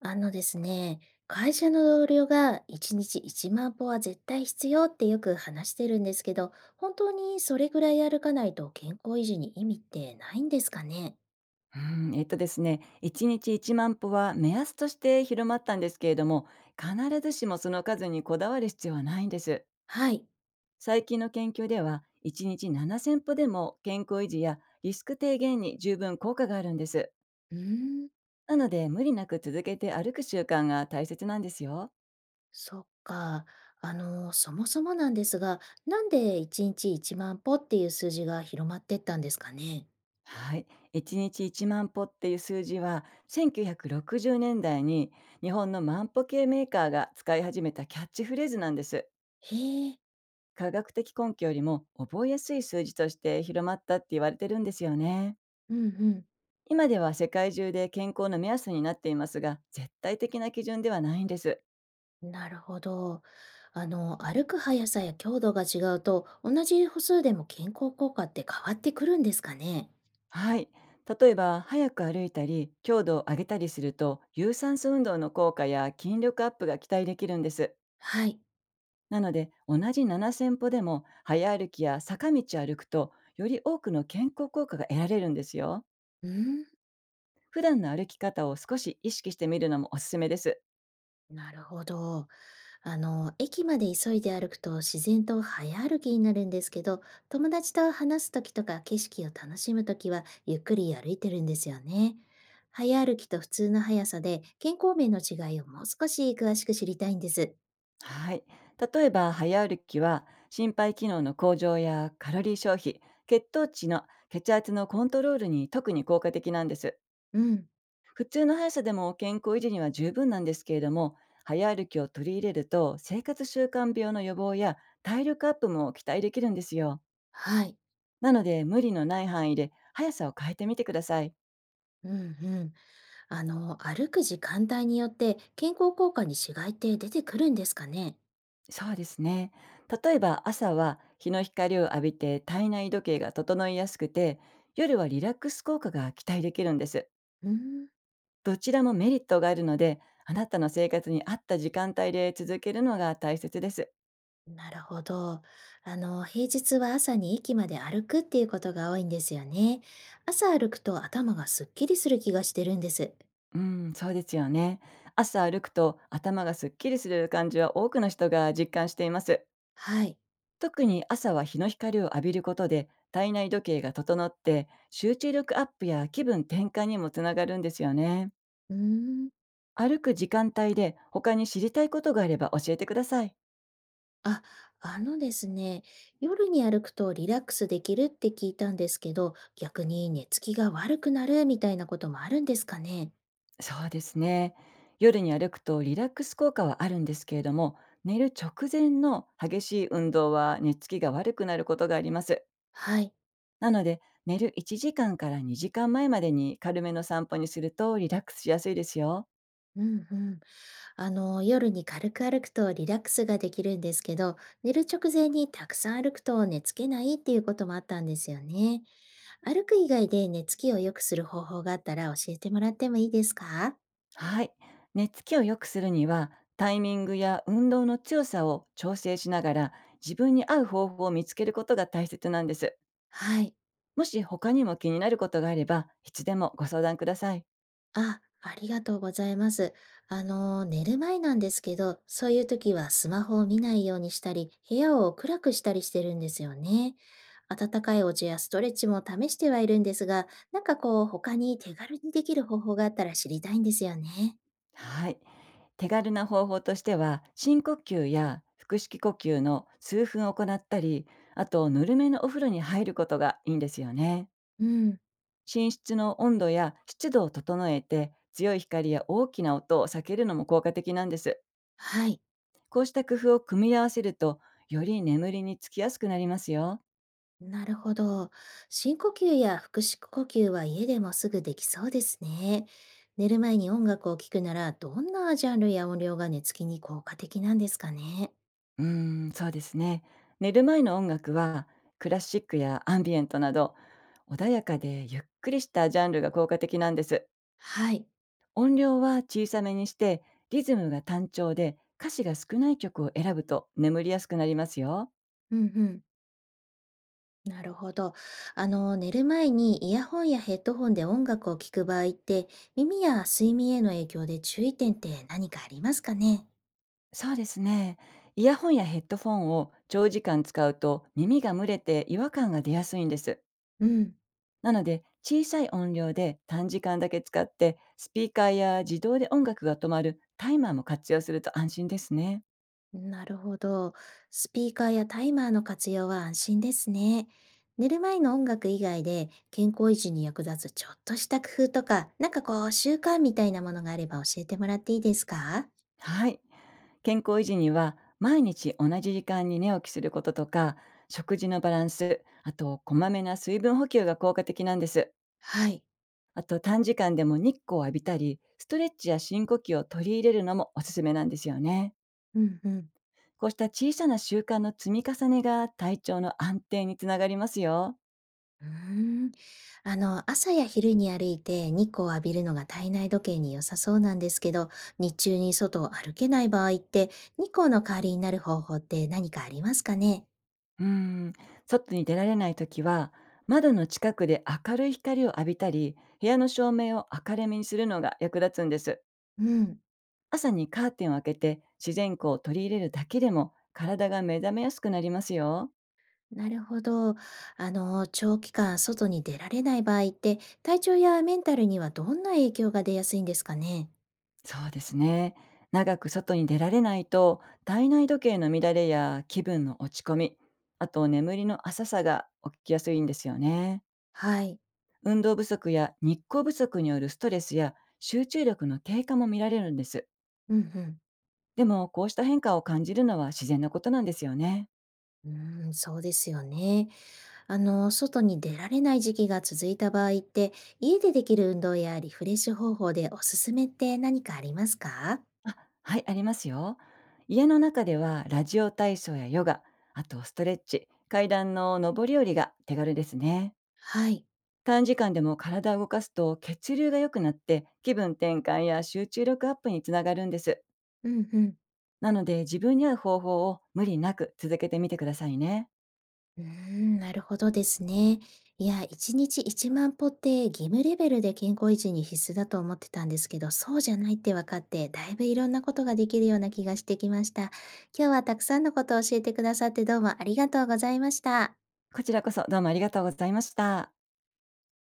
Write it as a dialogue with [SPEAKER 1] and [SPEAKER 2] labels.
[SPEAKER 1] あのですね、会社の同僚が1日1万歩は絶対必要ってよく話してるんですけど、本当にそれぐらい歩かないと健康維持に意味ってないんですかね？
[SPEAKER 2] うん、えっとですね、1日1万歩は目安として広まったんですけれども、必ずしもその数にこだわる必要はないんです。
[SPEAKER 1] はい。
[SPEAKER 2] 最近の研究では、1日7,000歩でも健康維持やリスク低減に十分効果があるんです。
[SPEAKER 1] うーん、
[SPEAKER 2] なので、無理なく続けて歩く習慣が大切なんですよ。
[SPEAKER 1] そっか。そもそもなんですが、なんで1日1万歩っていう数字が広まってったんですかね？
[SPEAKER 2] はい。1日1万歩っていう数字は、1960年代に日本の万歩計メーカーが使い始めたキャッチフレーズなんです。
[SPEAKER 1] へえ。
[SPEAKER 2] 科学的根拠よりも覚えやすい数字として広まったって言われてるんですよね。
[SPEAKER 1] うんうん。
[SPEAKER 2] 今では世界中で健康の目安になっていますが、絶対的な基準ではないんです。
[SPEAKER 1] なるほど。歩く速さや強度が違うと、同じ歩数でも健康効果って変わってくるんですかね？
[SPEAKER 2] はい。例えば、早く歩いたり、強度を上げたりすると、有酸素運動の効果や筋力アップが期待できるんです。
[SPEAKER 1] はい。
[SPEAKER 2] なので、同じ7,000歩でも、早歩きや坂道を歩くと、より多くの健康効果が得られるんですよ。
[SPEAKER 1] うん、
[SPEAKER 2] 普段の歩き方を少し意識してみるのもおすすめです。
[SPEAKER 1] なるほど。駅まで急いで歩くと自然と早歩きになるんですけど、友達と話すときとか景色を楽しむときは、ゆっくり歩いてるんですよね。早歩きと普通の速さで健康面の違いをもう少し詳しく知りたいんです。
[SPEAKER 2] はい。例えば、早歩きは、心肺機能の向上やカロリー消費、血糖値の血圧のコントロールに特に効果的なんです。
[SPEAKER 1] うん。
[SPEAKER 2] 普通の速さでも健康維持には十分なんですけれども、早歩きを取り入れると、生活習慣病の予防や体力アップも期待できるんですよ。
[SPEAKER 1] はい。
[SPEAKER 2] なので、無理のない範囲で速さを変えてみてください。
[SPEAKER 1] うんうん。歩く時間帯によって健康効果に違いって出てくるんですかね？
[SPEAKER 2] そうですね。例えば朝は日の光を浴びて体内時計が整いやすくて、夜はリラックス効果が期待できるんです。
[SPEAKER 1] うーん、
[SPEAKER 2] どちらもメリットがあるので、あなたの生活に合った時間帯で続けるのが大切です。
[SPEAKER 1] なるほど。平日は朝に駅まで歩くっていうことが多いんですよね。朝歩くと頭がすっきりする気がしてるんです。
[SPEAKER 2] うん、そうですよね。朝歩くと頭がすっきりする感じは多くの人が実感しています。
[SPEAKER 1] はい。
[SPEAKER 2] 特に朝は日の光を浴びることで体内時計が整って集中力アップや気分転換にもつながるんですよね。
[SPEAKER 1] うーん。
[SPEAKER 2] 歩く時間帯で他に知りたいことがあれば教えてください。
[SPEAKER 1] あ、あのですね、夜に歩くとリラックスできるって聞いたんですけど、逆に寝つきが悪くなるみたいなこともあるんですかね？
[SPEAKER 2] そうですね。夜に歩くとリラックス効果はあるんですけれども、寝る直前の激しい運動は寝つきが悪くなることがあります。
[SPEAKER 1] はい。
[SPEAKER 2] なので、寝る1時間から2時間前までに軽めの散歩にするとリラックスしやすいですよ。
[SPEAKER 1] うんうん。夜に軽く歩くとリラックスができるんですけど、寝る直前にたくさん歩くと寝つけないっていうこともあったんですよね。歩く以外で寝つきを良くする方法があったら教えてもらってもいいですか？
[SPEAKER 2] はい。寝つきを良くするには、タイミングや運動の強さを調整しながら自分に合う方法を見つけることが大切なんです。
[SPEAKER 1] はい。
[SPEAKER 2] もし他にも気になることがあれば、いつでもご相談ください。
[SPEAKER 1] あ、ありがとうございます。寝る前なんですけど、そういう時はスマホを見ないようにしたり、部屋を暗くしたりしてるんですよね。温かいお茶やストレッチも試してはいるんですが、他に手軽にできる方法があったら知りたいんですよね。
[SPEAKER 2] はい。手軽な方法としては、深呼吸や腹式呼吸の数分行ったり、あとぬるめのお風呂に入ることがいいんですよね。
[SPEAKER 1] うん、
[SPEAKER 2] 寝室の温度や湿度を整えて、強い光や大きな音を避けるのも効果的なんです。
[SPEAKER 1] はい。
[SPEAKER 2] こうした工夫を組み合わせると、より眠りにつきやすくなりますよ。
[SPEAKER 1] なるほど。深呼吸や腹式呼吸は家でもすぐできそうですね。寝る前に音楽を聴くなら、どんなジャンルや音量が寝つきに効果的なんですかね。
[SPEAKER 2] うーん、そうですね。寝る前の音楽は、クラシックやアンビエントなど、穏やかでゆっくりしたジャンルが効果的なんです。
[SPEAKER 1] はい。
[SPEAKER 2] 音量は小さめにして、リズムが単調で、歌詞が少ない曲を選ぶと眠りやすくなりますよ。
[SPEAKER 1] うんうん。なるほど。寝る前にイヤホンやヘッドホンで音楽を聴く場合って、耳や睡眠への影響で注意点って何かありますかね？
[SPEAKER 2] そうですね。イヤホンやヘッドフォンを長時間使うと耳が蒸れて違和感が出やすいんです。
[SPEAKER 1] うん。
[SPEAKER 2] なので小さい音量で短時間だけ使って、スピーカーや自動で音楽が止まるタイマーも活用すると安心ですね。
[SPEAKER 1] なるほど。スピーカーやタイマーの活用は安心ですね。寝る前の音楽以外で健康維持に役立つちょっとした工夫とか、習慣みたいなものがあれば教えてもらっていいですか？
[SPEAKER 2] はい。健康維持には毎日同じ時間に寝起きすることとか、食事のバランス、あとこまめな水分補給が効果的なんです。
[SPEAKER 1] はい。
[SPEAKER 2] あと短時間でも日光を浴びたり、ストレッチや深呼吸を取り入れるのもおすすめなんですよね。
[SPEAKER 1] うんうん。
[SPEAKER 2] こうした小さな習慣の積み重ねが体調の安定につながりますよ。
[SPEAKER 1] うーん。朝や昼に歩いて日光を浴びるのが体内時計に良さそうなんですけど、日中に外を歩けない場合って、日光の代わりになる方法って何かありますかね？
[SPEAKER 2] うーん外に出られないときは、窓の近くで明るい光を浴びたり、部屋の照明を明るめにするのが役立つんです。
[SPEAKER 1] うん。
[SPEAKER 2] 朝にカーテンを開けて自然光を取り入れるだけでも体が目覚めやすくなりますよ。
[SPEAKER 1] なるほど。長期間外に出られない場合って、体調やメンタルにはどんな影響が出やすいんですかね？
[SPEAKER 2] そうですね。長く外に出られないと体内時計の乱れや気分の落ち込み、あと眠りの浅さが起きやすいんですよね。
[SPEAKER 1] はい。
[SPEAKER 2] 運動不足や日光不足によるストレスや集中力の低下も見られるんです。
[SPEAKER 1] うんうん。
[SPEAKER 2] でもこうした変化を感じるのは自然なことなんですよね。
[SPEAKER 1] うーん、そうですよね。外に出られない時期が続いた場合って、家でできる運動やリフレッシュ方法でおすすめって何かありますか？
[SPEAKER 2] あ、はい、ありますよ。家の中ではラジオ体操やヨガ、あとストレッチ、階段の上り下りが手軽ですね。
[SPEAKER 1] はい。
[SPEAKER 2] 短時間でも体を動かすと血流が良くなって気分転換や集中力アップにつながるんです。
[SPEAKER 1] うんうん。
[SPEAKER 2] なので自分に合う方法を無理なく続けてみてくださいね。
[SPEAKER 1] うーん、なるほどですね。いや、1日1万歩って義務レベルで健康維持に必須だと思ってたんですけど、そうじゃないって分かって、だいぶいろんなことができるような気がしてきました。今日はたくさんのことを教えてくださってどうもありがとうございました。
[SPEAKER 2] こちらこそどうもありがとうございました。